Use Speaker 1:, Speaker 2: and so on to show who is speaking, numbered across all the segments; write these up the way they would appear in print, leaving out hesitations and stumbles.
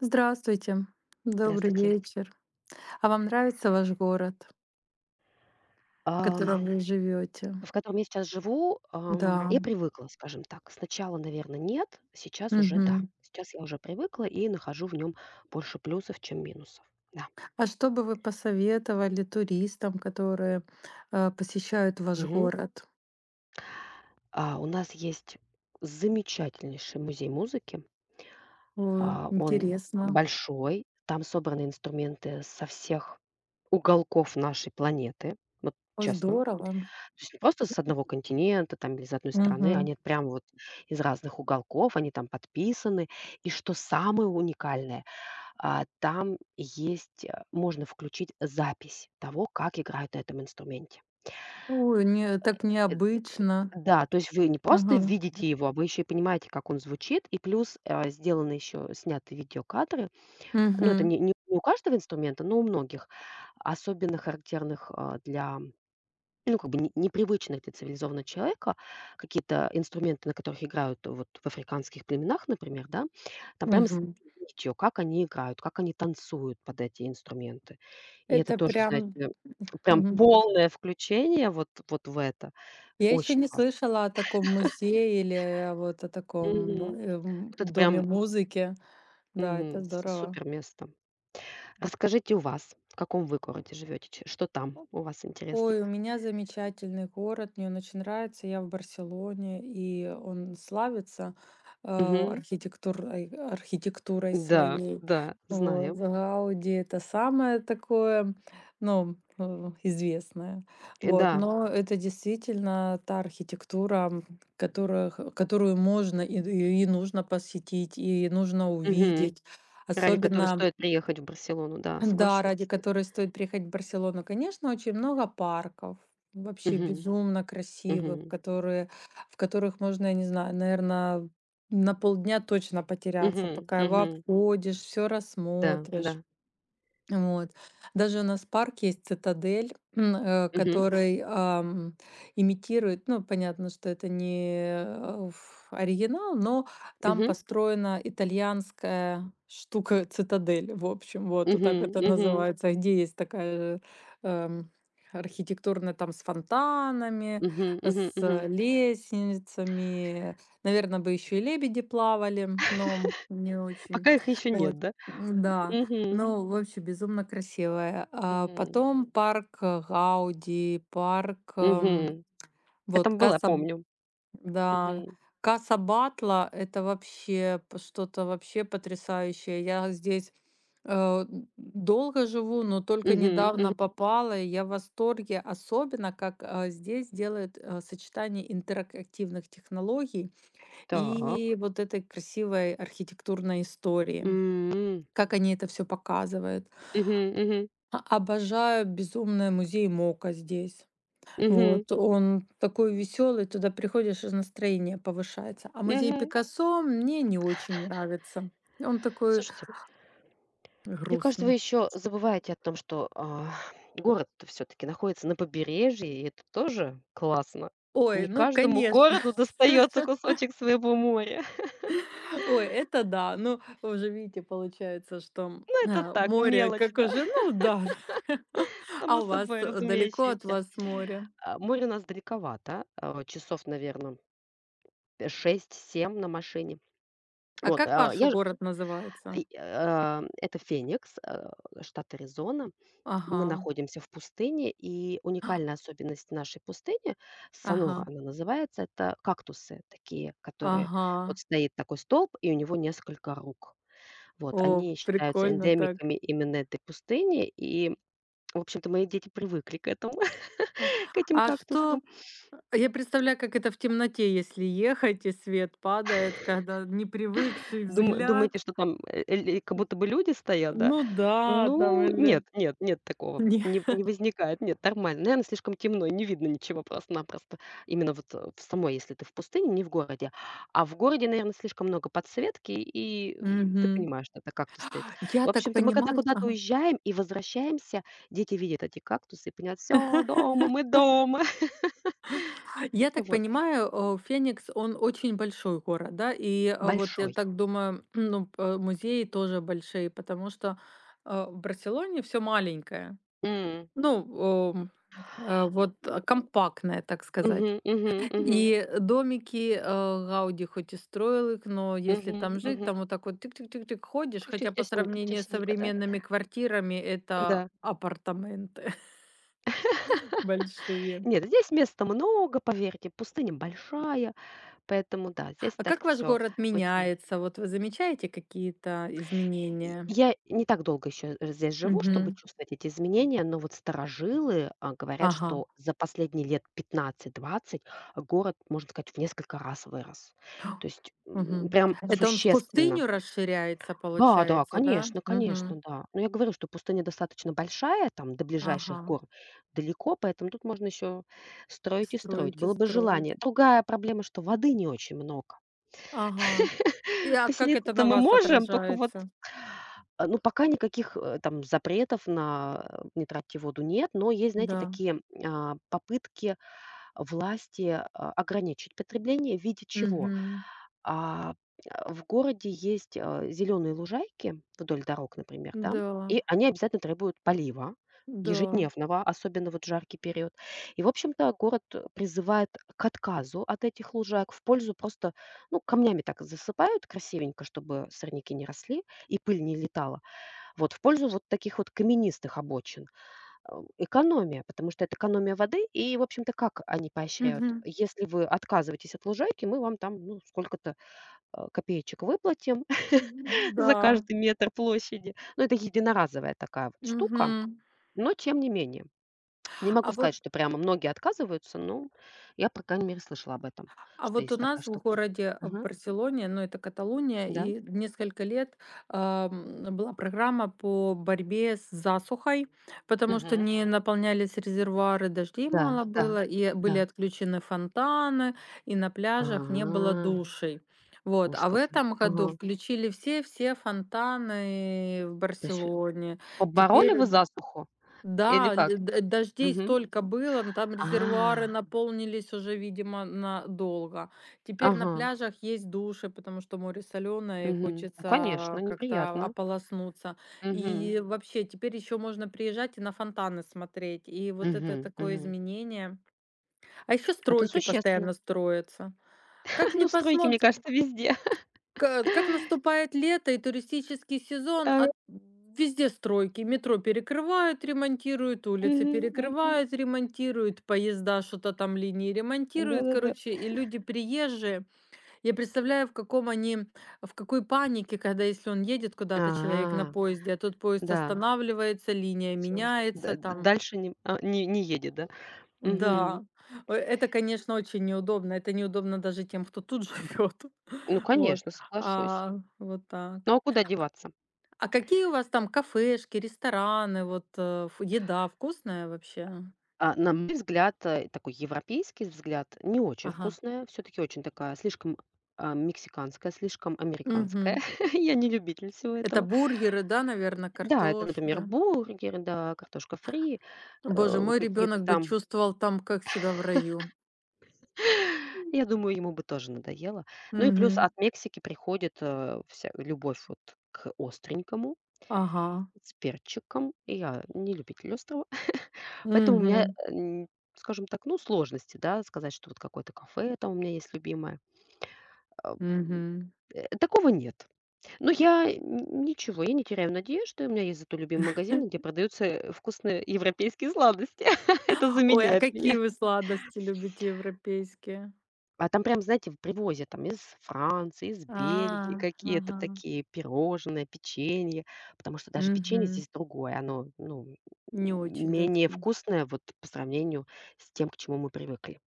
Speaker 1: Здравствуйте, добрый
Speaker 2: Здравствуйте.
Speaker 1: вечер. А вам нравится ваш город, в, да,
Speaker 2: Ам,
Speaker 1: котором вы живете?
Speaker 2: в котором я сейчас живу,
Speaker 1: Да.
Speaker 2: я привыкла, скажем так. Сначала, наверное, нет, сейчас уже да.
Speaker 1: Мгм.
Speaker 2: Сейчас я уже привыкла и нахожу в нем больше плюсов, чем минусов. Да.
Speaker 1: А что бы вы посоветовали туристам, которые, посещают ваш
Speaker 2: Мгм.
Speaker 1: город?
Speaker 2: У нас есть замечательнейший музей музыки.
Speaker 1: О,
Speaker 2: Он
Speaker 1: интересно.
Speaker 2: большой, там собраны инструменты со всех уголков нашей планеты. Вот
Speaker 1: О,
Speaker 2: честно.
Speaker 1: здорово.
Speaker 2: То есть не просто с одного континента там или из одной страны,
Speaker 1: Мгм.
Speaker 2: они прям вот из разных уголков, они там подписаны. И что самое уникальное, там есть, можно включить запись того, как играют на этом инструменте.
Speaker 1: Ой, не так
Speaker 2: Э,
Speaker 1: необычно.
Speaker 2: да, то есть вы не просто
Speaker 1: Ага.
Speaker 2: видите его, а вы еще и понимаете, как он звучит. И плюс, сделаны еще, сняты видеокадры. Ну, это
Speaker 1: Мгм.
Speaker 2: не у каждого инструмента, но у многих, особенно характерных, для. Ну, как бы не непривычные для цивилизованного человека какие-то инструменты, на которых играют вот в африканских племенах, например, да. Там прямо с
Speaker 1: Мгм.
Speaker 2: речью, как они играют, как они танцуют под эти инструменты. И это
Speaker 1: Это
Speaker 2: тоже, знаете,
Speaker 1: прям
Speaker 2: прям
Speaker 1: Мгм.
Speaker 2: полное включение вот в это.
Speaker 1: Я еще
Speaker 2: Очень
Speaker 1: не
Speaker 2: классно.
Speaker 1: слышала о таком музее или, вот о таком,
Speaker 2: Мгм. Вот это
Speaker 1: доме
Speaker 2: прям,
Speaker 1: музыки. Да, это
Speaker 2: мгм, с
Speaker 1: здорово.
Speaker 2: супер место. Расскажите, у вас, в каком вы городе живете, ч что там у вас
Speaker 1: Ой, у
Speaker 2: интересного?
Speaker 1: меня замечательный город, мне он очень нравится. Я в Барселоне, и он славится
Speaker 2: Мгм.
Speaker 1: архитектурой
Speaker 2: Да,
Speaker 1: своей.
Speaker 2: да,
Speaker 1: Вот,
Speaker 2: знаю.
Speaker 1: Гауди — это самое такое, ну, известное.
Speaker 2: Да.
Speaker 1: Вот, но это действительно та архитектура, которую можно и нужно посетить, и нужно
Speaker 2: Мгм.
Speaker 1: увидеть.
Speaker 2: Ради которой
Speaker 1: Особенно
Speaker 2: стоит приехать в Барселону, да,
Speaker 1: Да,
Speaker 2: соглашусь.
Speaker 1: ради которой стоит приехать в Барселону. Конечно, очень много парков, вообще
Speaker 2: Мгм,
Speaker 1: безумно красивых,
Speaker 2: мгм,
Speaker 1: в которых можно, я не знаю, наверное, на полдня точно потеряться,
Speaker 2: мгм,
Speaker 1: пока его
Speaker 2: мгм,
Speaker 1: обходишь, все
Speaker 2: да,
Speaker 1: рассмотришь.
Speaker 2: да,
Speaker 1: Вот. Даже у нас парк есть "Цитадель",
Speaker 2: мгм,
Speaker 1: который, имитирует, ну, понятно, что это не, э, ф оригинал, но там
Speaker 2: мгм,
Speaker 1: построена итальянская штука "Цитадель", в общем, вот, вот
Speaker 2: мгм,
Speaker 1: так это
Speaker 2: мгм,
Speaker 1: называется, а где есть такая, эм, архитектурная, там, с фонтанами,
Speaker 2: мгм, мгм,
Speaker 1: с
Speaker 2: мгм.
Speaker 1: лестницами. Наверное, бы еще и лебеди плавали, но не очень.
Speaker 2: Пока их еще
Speaker 1: Вот.
Speaker 2: нет, да?
Speaker 1: Да,
Speaker 2: Мгм,
Speaker 1: ну, в общем, безумно красивая. А
Speaker 2: мгм,
Speaker 1: потом парк, Гауди, парк,
Speaker 2: мгм. Я
Speaker 1: вот
Speaker 2: там была,
Speaker 1: Каса,
Speaker 2: помню.
Speaker 1: да,
Speaker 2: Мгм,
Speaker 1: Каса Батла — это вообще что-то вообще потрясающее. Я здесь э, долго живу, но только
Speaker 2: мгм, мгм.
Speaker 1: недавно попала, и я в восторге, особенно как здесь делают сочетание интерактивных технологий
Speaker 2: Так.
Speaker 1: и вот этой красивой архитектурной истории.
Speaker 2: М,
Speaker 1: Как они это все показывают.
Speaker 2: мгм, мгм,
Speaker 1: А обожаю безумно музей МОКа здесь.
Speaker 2: мгм,
Speaker 1: Вот он такой веселый, туда приходишь, и настроение повышается. А музей
Speaker 2: мгм.
Speaker 1: Пикассо мне не очень нравится. Он такой
Speaker 2: Слушайте, мне кажется, вы
Speaker 1: грустный.
Speaker 2: еще забываете о том, что, город все таки находится на побережье, и это тоже классно.
Speaker 1: Ой,
Speaker 2: Не
Speaker 1: ну
Speaker 2: каждому
Speaker 1: конечно.
Speaker 2: городу достается кусочек своего моря.
Speaker 1: Ой, это да. Ну, уже видите, получается, что,
Speaker 2: Ну, это так,
Speaker 1: море,
Speaker 2: мелочь,
Speaker 1: как
Speaker 2: да,
Speaker 1: уже, ну да. А
Speaker 2: само
Speaker 1: у вас,
Speaker 2: собой
Speaker 1: далеко от
Speaker 2: разумеющееся.
Speaker 1: вас море?
Speaker 2: Море у нас далековато, часов, наверное, шесть-семь на машине.
Speaker 1: А
Speaker 2: Вот,
Speaker 1: как ваш
Speaker 2: я ж
Speaker 1: город называется?
Speaker 2: это Феникс, штат Аризона.
Speaker 1: Ага.
Speaker 2: Мы находимся в пустыне, и уникальная особенность нашей пустыни, Сонора
Speaker 1: Ага.
Speaker 2: она называется, это кактусы такие, которые
Speaker 1: Ага.
Speaker 2: вот стоит такой столб, и у него несколько рук. Вот,
Speaker 1: О,
Speaker 2: они считаются
Speaker 1: прикольно так.
Speaker 2: эндемиками именно этой пустыни, и, в общем-то, мои дети привыкли к этому,
Speaker 1: А
Speaker 2: к этим
Speaker 1: а что
Speaker 2: кактусам.
Speaker 1: а я представляю, как это в темноте, если ехать и свет падает, когда непривыкший
Speaker 2: Дума
Speaker 1: взгляд.
Speaker 2: думаете, что там, э, ль как будто бы люди стоят, да?
Speaker 1: Ну да, там
Speaker 2: Ну,
Speaker 1: или
Speaker 2: нет, нет, нет такого,
Speaker 1: не.
Speaker 2: не возникает, нет, нормально. Наверно, слишком темно, не видно ничего просто-напросто. Именно вот, в самой, если ты в пустыне, не в городе. А в городе, наверно, слишком много подсветки, и, ты
Speaker 1: Мгм.
Speaker 2: понимаешь, что это кактус стоит.
Speaker 1: Я
Speaker 2: В
Speaker 1: так
Speaker 2: общем-то, мы когда
Speaker 1: понимаю,
Speaker 2: куда-то
Speaker 1: ага.
Speaker 2: уезжаем и возвращаемся, дети видят эти кактусы и понимают: «Всё, дома, мы дома».
Speaker 1: Я так
Speaker 2: Вот.
Speaker 1: понимаю, Феникс, он очень большой город, да? И, вот я
Speaker 2: Большой.
Speaker 1: так думаю, ну, музеи тоже большие, потому что, в Барселоне все маленькое.
Speaker 2: М.
Speaker 1: Ну, вот компактное, так сказать.
Speaker 2: Мгм, мгм, мгм.
Speaker 1: И домики, Гауди хоть и строил их, но если
Speaker 2: Мгм,
Speaker 1: там жить, там
Speaker 2: мгм.
Speaker 1: вот так вот тык-тык-тык-тык ходишь,
Speaker 2: Тю-тю,
Speaker 1: хотя по
Speaker 2: тесненько,
Speaker 1: сравнению с
Speaker 2: тесненько, да?
Speaker 1: современными квартирами это
Speaker 2: Да.
Speaker 1: апартаменты большие.
Speaker 2: Нет, здесь места много, поверьте, пустыня большая, поэтому да, здесь
Speaker 1: А
Speaker 2: так
Speaker 1: как ваш
Speaker 2: все
Speaker 1: город
Speaker 2: очень.
Speaker 1: меняется? Вот вы замечаете какие-то
Speaker 2: И
Speaker 1: изменения?
Speaker 2: я не так долго еще здесь живу, чтобы
Speaker 1: Мгм.
Speaker 2: чувствовать эти изменения, но вот старожилы, говорят,
Speaker 1: Ага,
Speaker 2: что за последние лет пятнадцать-двадцать город, можно сказать, в несколько раз вырос. То есть,
Speaker 1: мгм.
Speaker 2: прям
Speaker 1: Это он в
Speaker 2: существенно.
Speaker 1: пустыню расширяется,
Speaker 2: Да, да,
Speaker 1: получается, да?
Speaker 2: конечно, конечно,
Speaker 1: Мгм.
Speaker 2: да. Но я говорю, что пустыня достаточно большая, там до
Speaker 1: Ага.
Speaker 2: ближайших гор далеко, поэтому тут можно еще строить и строить.
Speaker 1: Строите,
Speaker 2: Было бы
Speaker 1: строите.
Speaker 2: желание. Другая проблема, что воды не очень много.
Speaker 1: Ага. И, а как это
Speaker 2: Поселиться-то
Speaker 1: на
Speaker 2: мы
Speaker 1: вас
Speaker 2: можем, только вот,
Speaker 1: отражается?
Speaker 2: ну, пока никаких там запретов на не тратьте воду нет, но есть, знаете,
Speaker 1: Да.
Speaker 2: такие попытки власти ограничить потребление в виде чего?
Speaker 1: Мгм.
Speaker 2: А, в городе есть, зеленые лужайки вдоль дорог, например, да,
Speaker 1: Да,
Speaker 2: и они обязательно требуют полива
Speaker 1: да.
Speaker 2: ежедневного, особенно вот в жаркий период. И, в общем-то, город, призывает к отказу от этих лужаек в пользу просто, ну, камнями так засыпают красивенько, чтобы сорняки не росли и пыль не летала. Вот в пользу вот таких вот каменистых обочин. Экономия, потому что это экономия воды. И, в общем-то, как они поощряют?
Speaker 1: Мгм.
Speaker 2: Если вы отказываетесь от лужайки, мы вам там, ну, сколько-то копеечек выплатим за
Speaker 1: Да.
Speaker 2: каждый метр площади. Но это единоразовая такая вот штука,
Speaker 1: Мгм.
Speaker 2: но тем не менее. Не
Speaker 1: А
Speaker 2: могу
Speaker 1: вот
Speaker 2: сказать, что прямо многие отказываются, но я, по крайней мере, слышала об этом,
Speaker 1: а
Speaker 2: что
Speaker 1: вот у
Speaker 2: есть такая
Speaker 1: нас в
Speaker 2: штука.
Speaker 1: городе, в
Speaker 2: Ага,
Speaker 1: Барселоне, ну, это Каталония,
Speaker 2: да.
Speaker 1: и несколько лет, была программа по борьбе с засухой, потому что
Speaker 2: Мгм.
Speaker 1: не наполнялись резервуары, дождей
Speaker 2: Да,
Speaker 1: мало
Speaker 2: да,
Speaker 1: было, и
Speaker 2: да.
Speaker 1: были отключены фонтаны, и на
Speaker 2: А,
Speaker 1: пляжах не было душей. Вот,
Speaker 2: ужас
Speaker 1: а в
Speaker 2: какой.
Speaker 1: этом году
Speaker 2: Ага.
Speaker 1: включили все фонтаны в
Speaker 2: То есть
Speaker 1: Барселоне.
Speaker 2: побороли
Speaker 1: Теперь
Speaker 2: вы засуху или
Speaker 1: Да,
Speaker 2: как?
Speaker 1: ль д дождей
Speaker 2: Мгм.
Speaker 1: столько было, но там резервуары
Speaker 2: А,
Speaker 1: наполнились уже, видимо, надолго. Теперь на
Speaker 2: ага,
Speaker 1: пляжах есть души, потому что море соленое и
Speaker 2: мгм. Ну, конечно,
Speaker 1: хочется как-то
Speaker 2: неприятно.
Speaker 1: ополоснуться.
Speaker 2: Мгм,
Speaker 1: И вообще, теперь еще можно приезжать и на фонтаны смотреть. И вот это
Speaker 2: мгм,
Speaker 1: такое
Speaker 2: мгм.
Speaker 1: изменение. А еще
Speaker 2: Это
Speaker 1: стройки
Speaker 2: существенно.
Speaker 1: постоянно строятся. Как не
Speaker 2: Ну, стройки, мне
Speaker 1: посмотри.
Speaker 2: кажется, везде.
Speaker 1: Ка как наступает лето и туристический сезон,
Speaker 2: А,
Speaker 1: а везде стройки. Метро перекрывают, ремонтируют, улицы
Speaker 2: мгм, мгм.
Speaker 1: перекрывают, ремонтируют, поезда что-то там линии ремонтируют,
Speaker 2: Да-да-да.
Speaker 1: короче. И люди приезжие, я представляю, в каком они, в какой панике, когда, если он едет куда-то, человек, на
Speaker 2: А,
Speaker 1: поезде, а тут поезд
Speaker 2: да,
Speaker 1: останавливается, линия
Speaker 2: Все.
Speaker 1: меняется там.
Speaker 2: Дальше не а, не не едет, да?
Speaker 1: Да,
Speaker 2: Мгм.
Speaker 1: это, конечно, очень неудобно. Это неудобно даже тем, кто тут живет.
Speaker 2: Ну,
Speaker 1: Вот,
Speaker 2: конечно, соглашусь.
Speaker 1: вот так.
Speaker 2: Ну, а куда деваться?
Speaker 1: А какие у вас там кафешки, рестораны, вот, э, ф еда вкусная вообще?
Speaker 2: На мой взгляд, такой европейский взгляд, не очень
Speaker 1: Ага.
Speaker 2: вкусная, все таки очень такая слишком, мексиканская, слишком американская.
Speaker 1: Мгм.
Speaker 2: Я не любитель всего
Speaker 1: Это
Speaker 2: этого.
Speaker 1: бургеры, да, наверное,
Speaker 2: Да, это,
Speaker 1: картошка?
Speaker 2: например,
Speaker 1: Да.
Speaker 2: бургеры, да, картошка фри,
Speaker 1: Боже, мой
Speaker 2: какие-то
Speaker 1: ребенок бы
Speaker 2: там.
Speaker 1: чувствовал там, как себя в раю.
Speaker 2: Я думаю, ему бы тоже надоело. Ну и плюс
Speaker 1: Мгм.
Speaker 2: от Мексики приходит, вся любовь вот к остренькому,
Speaker 1: Ага.
Speaker 2: с перчиком. И я не любитель острова. Поэтому у меня, э,
Speaker 1: Мгм.
Speaker 2: н скажем так, ну, сложности, да, сказать, что вот какое-то кафе там у меня есть любимое. А, м,
Speaker 1: Мгм.
Speaker 2: такого нет. Но я н ничего, я не теряю надежды. У меня есть зато любимый магазин, где продаются, вкусные европейские сладости. Это
Speaker 1: Ой, а
Speaker 2: заменяет
Speaker 1: какие
Speaker 2: меня.
Speaker 1: вы сладости любите европейские?
Speaker 2: А там прям, знаете, в привозят там из Франции, из Бельгии
Speaker 1: А,
Speaker 2: какие-то
Speaker 1: ага.
Speaker 2: такие пирожные, печенье. Потому что даже печенье
Speaker 1: Мгм.
Speaker 2: здесь другое. Оно, ну,
Speaker 1: Не очень, да, так?
Speaker 2: менее вкусное вот по сравнению с тем, к чему мы привыкли.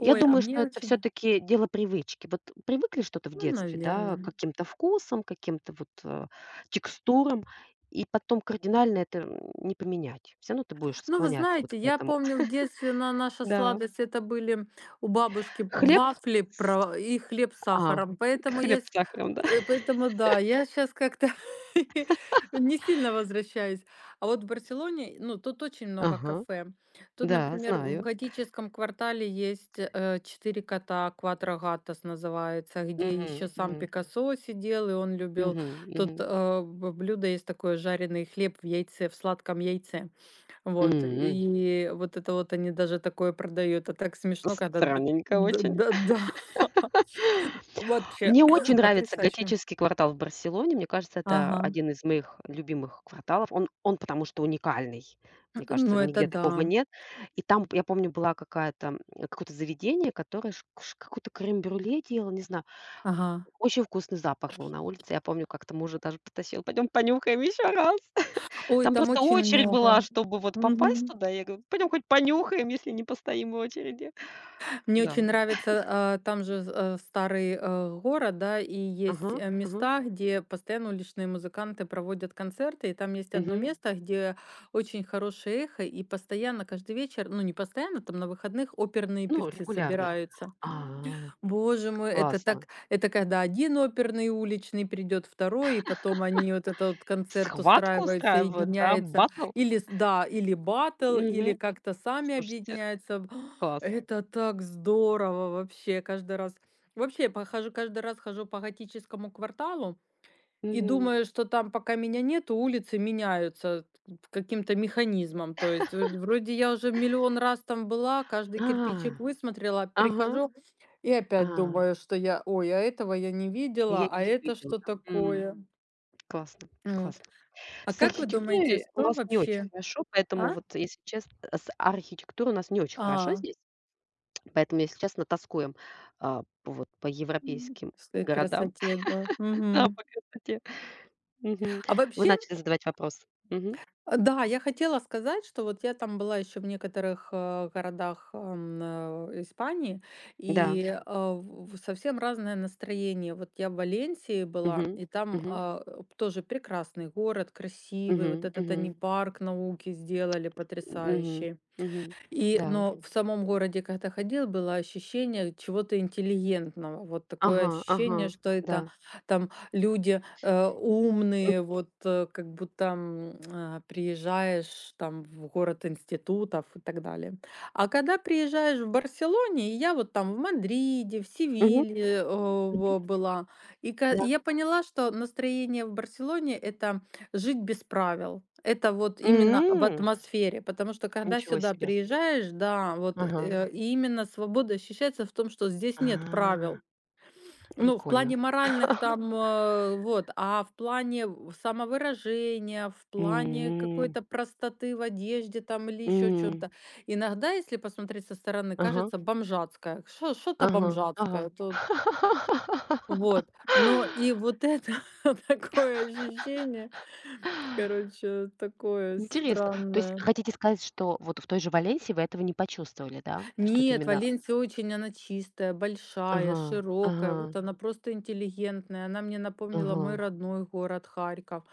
Speaker 2: Я
Speaker 1: а
Speaker 2: думаю,
Speaker 1: мне
Speaker 2: что это
Speaker 1: очень.
Speaker 2: все-таки дело привычки. Вот привыкли что-то в
Speaker 1: Ну,
Speaker 2: детстве, да, к
Speaker 1: наверное.
Speaker 2: каким-то вкусом, к каким-то вот текстурам, и потом кардинально это не поменять. Все равно ты будешь
Speaker 1: Ну, вы
Speaker 2: склоняться вот
Speaker 1: знаете,
Speaker 2: к
Speaker 1: я
Speaker 2: этому.
Speaker 1: помню, в детстве на наша
Speaker 2: Да.
Speaker 1: сладость — это были у бабушки
Speaker 2: Хлеб
Speaker 1: вафли
Speaker 2: с-
Speaker 1: про и хлеб с
Speaker 2: а,
Speaker 1: сахаром. Поэтому я
Speaker 2: Хлеб с
Speaker 1: с
Speaker 2: сахаром, да.
Speaker 1: э, поэтому да, я сейчас как-то не сильно возвращаюсь. А вот в Барселоне, ну, тут очень много
Speaker 2: Ага,
Speaker 1: кафе. Тут,
Speaker 2: да,
Speaker 1: например, в
Speaker 2: знаю.
Speaker 1: готическом квартале есть, "Четыре кота", "Кватро Гатос" называется, где
Speaker 2: Мгм,
Speaker 1: еще сам
Speaker 2: мгм,
Speaker 1: Пикассо сидел, и он любил.
Speaker 2: мгм,
Speaker 1: Тут,
Speaker 2: мгм.
Speaker 1: э, б блюдо есть такое — жареный хлеб в яйце, в сладком яйце. Вот,
Speaker 2: М.
Speaker 1: и вот это вот они даже такое продают. А так смешно, когда д
Speaker 2: Странненько очень.
Speaker 1: да-да-да. Вообще
Speaker 2: Мне очень нравится
Speaker 1: потрясающе.
Speaker 2: готический квартал в Барселоне. Мне кажется, это
Speaker 1: Ага.
Speaker 2: один из моих любимых кварталов. Он потому что уникальный. Мне кажется,
Speaker 1: Ну, это
Speaker 2: нигде такого
Speaker 1: да.
Speaker 2: нет. И там, я помню, была какая-то, какое-то заведение, которое ш ш какой-то крем-брюле делало, не знаю.
Speaker 1: Ага.
Speaker 2: Очень вкусный запах был на улице. Я помню, как-то мужа даже потащил: «Пойдем понюхаем еще раз».
Speaker 1: Ой,
Speaker 2: Там
Speaker 1: там
Speaker 2: просто
Speaker 1: очень
Speaker 2: очередь была,
Speaker 1: много.
Speaker 2: чтобы вот попасть
Speaker 1: Мгм.
Speaker 2: туда. Я говорю: «Пойдем хоть понюхаем, если не постоим в очереди».
Speaker 1: Мне очень
Speaker 2: Да.
Speaker 1: нравится, там же, старый, город, да, и есть,
Speaker 2: Ага, ага,
Speaker 1: места, где постоянно уличные музыканты проводят концерты. И там есть одно
Speaker 2: мгм.
Speaker 1: место, где очень хорошее эхо, и постоянно, каждый вечер, ну, не постоянно, там на выходных оперные
Speaker 2: Ну,
Speaker 1: певцы
Speaker 2: регулярно.
Speaker 1: собираются.
Speaker 2: А,
Speaker 1: Боже мой, это так,
Speaker 2: классно.
Speaker 1: когда один оперный уличный придет, второй, и потом они вот этот вот концерт
Speaker 2: Схватку
Speaker 1: устраивают,
Speaker 2: устраивают, да,
Speaker 1: соединяются.
Speaker 2: баттл?
Speaker 1: Или с да, или баттл, или
Speaker 2: Мгм.
Speaker 1: как-то сами
Speaker 2: Слушайте,
Speaker 1: объединяются.
Speaker 2: класс.
Speaker 1: Это так здорово вообще каждый раз. Вообще, похожу каждый раз хожу по готическому кварталу. И
Speaker 2: Мгм.
Speaker 1: думаю, что там, пока меня нету, улицы меняются каким-то механизмом. То есть вроде я уже миллион раз там была, каждый кирпичик
Speaker 2: А,
Speaker 1: высмотрела,
Speaker 2: ага,
Speaker 1: прихожу и
Speaker 2: а,
Speaker 1: опять думаю, что я: "Ой, а этого я не
Speaker 2: я
Speaker 1: видела,
Speaker 2: не
Speaker 1: а это
Speaker 2: видела,
Speaker 1: что
Speaker 2: да. М.
Speaker 1: такое?"
Speaker 2: Классно,
Speaker 1: Вот.
Speaker 2: классно.
Speaker 1: А
Speaker 2: С
Speaker 1: как вы думаете,
Speaker 2: архитектурой у
Speaker 1: что
Speaker 2: нас не очень
Speaker 1: вообще.
Speaker 2: хорошо, поэтому
Speaker 1: А?
Speaker 2: вот, если честно, с архитектурой у нас не очень хорошо
Speaker 1: А,
Speaker 2: здесь. Поэтому, если честно, тоскуем, вот по
Speaker 1: м,
Speaker 2: европейским
Speaker 1: с той
Speaker 2: городам.
Speaker 1: красоте, да.
Speaker 2: Да,
Speaker 1: Мгм.
Speaker 2: по красоте. Мгм.
Speaker 1: А
Speaker 2: Вы
Speaker 1: вообще
Speaker 2: начали задавать вопрос. Мгм.
Speaker 1: А, да, я хотела сказать, что вот я там была еще в некоторых, городах, Испании,
Speaker 2: Да.
Speaker 1: и, в совсем разное настроение. Вот я в Валенсии была,
Speaker 2: Мгм.
Speaker 1: и там,
Speaker 2: Мгм.
Speaker 1: тоже прекрасный город, красивый. Вот
Speaker 2: Мгм.
Speaker 1: этот они
Speaker 2: Мгм.
Speaker 1: парк науки сделали
Speaker 2: Мгм.
Speaker 1: потрясающий.
Speaker 2: Мгм.
Speaker 1: И,
Speaker 2: Да.
Speaker 1: но в самом городе, когда ходил, было ощущение чего-то интеллигентного. Вот такое
Speaker 2: Ага, ага.
Speaker 1: ощущение, что
Speaker 2: Да.
Speaker 1: это там люди,
Speaker 2: М.
Speaker 1: умные, вот, как будто, приезжаешь там в город институтов и так далее. А когда приезжаешь в Барселоне, и я вот там в Мадриде, в
Speaker 2: Мгм.
Speaker 1: Севилье,
Speaker 2: Мгм.
Speaker 1: была, и
Speaker 2: Да.
Speaker 1: я поняла, что настроение в Барселоне — это жить без правил. Это вот именно об
Speaker 2: М.
Speaker 1: атмосфере, потому что когда
Speaker 2: Ничего
Speaker 1: сюда
Speaker 2: себе.
Speaker 1: приезжаешь, да, вот,
Speaker 2: Ага.
Speaker 1: и именно свобода ощущается в том, что здесь нет
Speaker 2: А.
Speaker 1: правил. Ну, в
Speaker 2: Прикольно.
Speaker 1: плане моральных там, вот, а в плане, в самовыражения, в плане
Speaker 2: М.
Speaker 1: какой-то простоты в одежде там или еще
Speaker 2: М.
Speaker 1: чё-то. Иногда, если посмотреть со стороны,
Speaker 2: Ага.
Speaker 1: кажется бомжатская, что-то
Speaker 2: Ага. Ага.
Speaker 1: бомжатское тут. Вот, но и вот это такое ощущение, короче, такое
Speaker 2: Интересно. То есть
Speaker 1: странное.
Speaker 2: хотите сказать, что вот в той же Валенсии вы этого не почувствовали, да? Что это
Speaker 1: Нет,
Speaker 2: именно.
Speaker 1: Валенсия очень, она чистая, большая,
Speaker 2: Ага, ага,
Speaker 1: широкая, вот она просто интеллигентная. Она мне напомнила
Speaker 2: ага,
Speaker 1: мой родной город Харьков.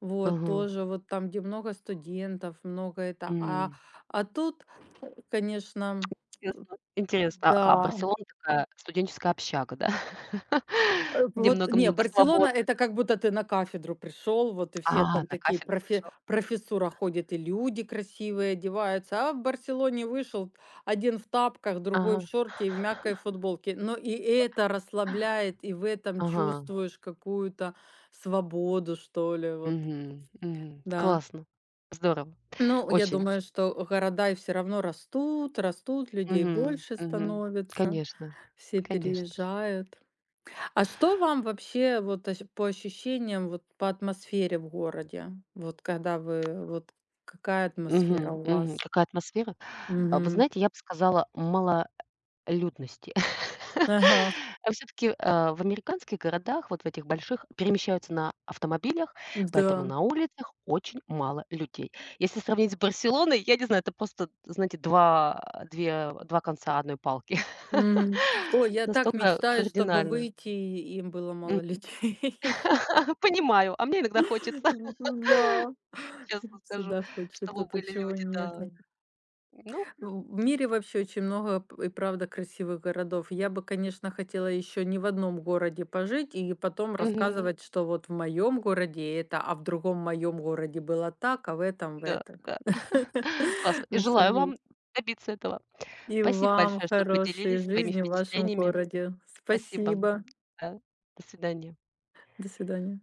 Speaker 1: Вот,
Speaker 2: ага.
Speaker 1: тоже вот там, где много студентов, много это. А,
Speaker 2: М.
Speaker 1: а тут, конечно,
Speaker 2: Интересно. Интересно. А
Speaker 1: да.
Speaker 2: Барселона такая студенческая общага, да? Где
Speaker 1: Вот не,
Speaker 2: много-много
Speaker 1: Барселона —
Speaker 2: свободы.
Speaker 1: это как будто ты на кафедру пришел, вот, и все там
Speaker 2: На
Speaker 1: такие
Speaker 2: кафедру
Speaker 1: профе
Speaker 2: пришел.
Speaker 1: профессура ходит, и люди красивые одеваются. А в Барселоне вышел один в тапках, другой в
Speaker 2: Ага,
Speaker 1: шорте и в мягкой футболке. Но и это расслабляет, и в этом
Speaker 2: ага.
Speaker 1: чувствуешь какую-то свободу, что ли, вот.
Speaker 2: Мгм, мгм.
Speaker 1: Да.
Speaker 2: Классно. Здорово.
Speaker 1: Ну, я
Speaker 2: Очень.
Speaker 1: думаю, что города и всё равно растут, растут, людей
Speaker 2: Мгм,
Speaker 1: больше
Speaker 2: мгм.
Speaker 1: становится,
Speaker 2: Конечно,
Speaker 1: все
Speaker 2: конечно.
Speaker 1: переезжают. А что вам вообще вот по ощущениям, вот по атмосфере в городе? Вот какая атмосфера
Speaker 2: Мгм,
Speaker 1: у
Speaker 2: мгм.
Speaker 1: вас?
Speaker 2: Какая атмосфера. А вы
Speaker 1: Мгм.
Speaker 2: знаете, я бы сказала, мало. Людности.
Speaker 1: Ага,
Speaker 2: А всё-таки, в американских городах, вот в этих больших, перемещаются на автомобилях, поэтому
Speaker 1: да.
Speaker 2: на улицах очень мало людей. Если сравнить с Барселоной, я не знаю, это просто, знаете, 2, 2 конца одной палки.
Speaker 1: Мгм. Ой, я так
Speaker 2: Настолько
Speaker 1: мечтаю, чтобы
Speaker 2: кардинально.
Speaker 1: выйти, и им было мало
Speaker 2: М.
Speaker 1: людей.
Speaker 2: Понимаю, а мне иногда хочется,
Speaker 1: Да,
Speaker 2: честно скажу,
Speaker 1: всегда хочется
Speaker 2: чтобы
Speaker 1: то,
Speaker 2: были
Speaker 1: чего
Speaker 2: люди,
Speaker 1: нет.
Speaker 2: да. Ну,
Speaker 1: Ну, в мире вообще очень много и правда красивых городов. Я бы, конечно, хотела еще не в одном городе пожить и потом Мгм.
Speaker 2: мгм,
Speaker 1: Рассказывать, что вот в моем городе это, а в другом моем городе было так, а в этом, в
Speaker 2: да,
Speaker 1: этом.
Speaker 2: да. Классно. И
Speaker 1: Ну, всё
Speaker 2: желаю
Speaker 1: будет.
Speaker 2: вам добиться этого.
Speaker 1: И
Speaker 2: Спасибо
Speaker 1: вам
Speaker 2: большое, что
Speaker 1: хорошей
Speaker 2: поделились своими
Speaker 1: жизни в вашем
Speaker 2: впечатлениями.
Speaker 1: городе.
Speaker 2: Спасибо.
Speaker 1: Спасибо.
Speaker 2: Да. До свидания.
Speaker 1: До свидания.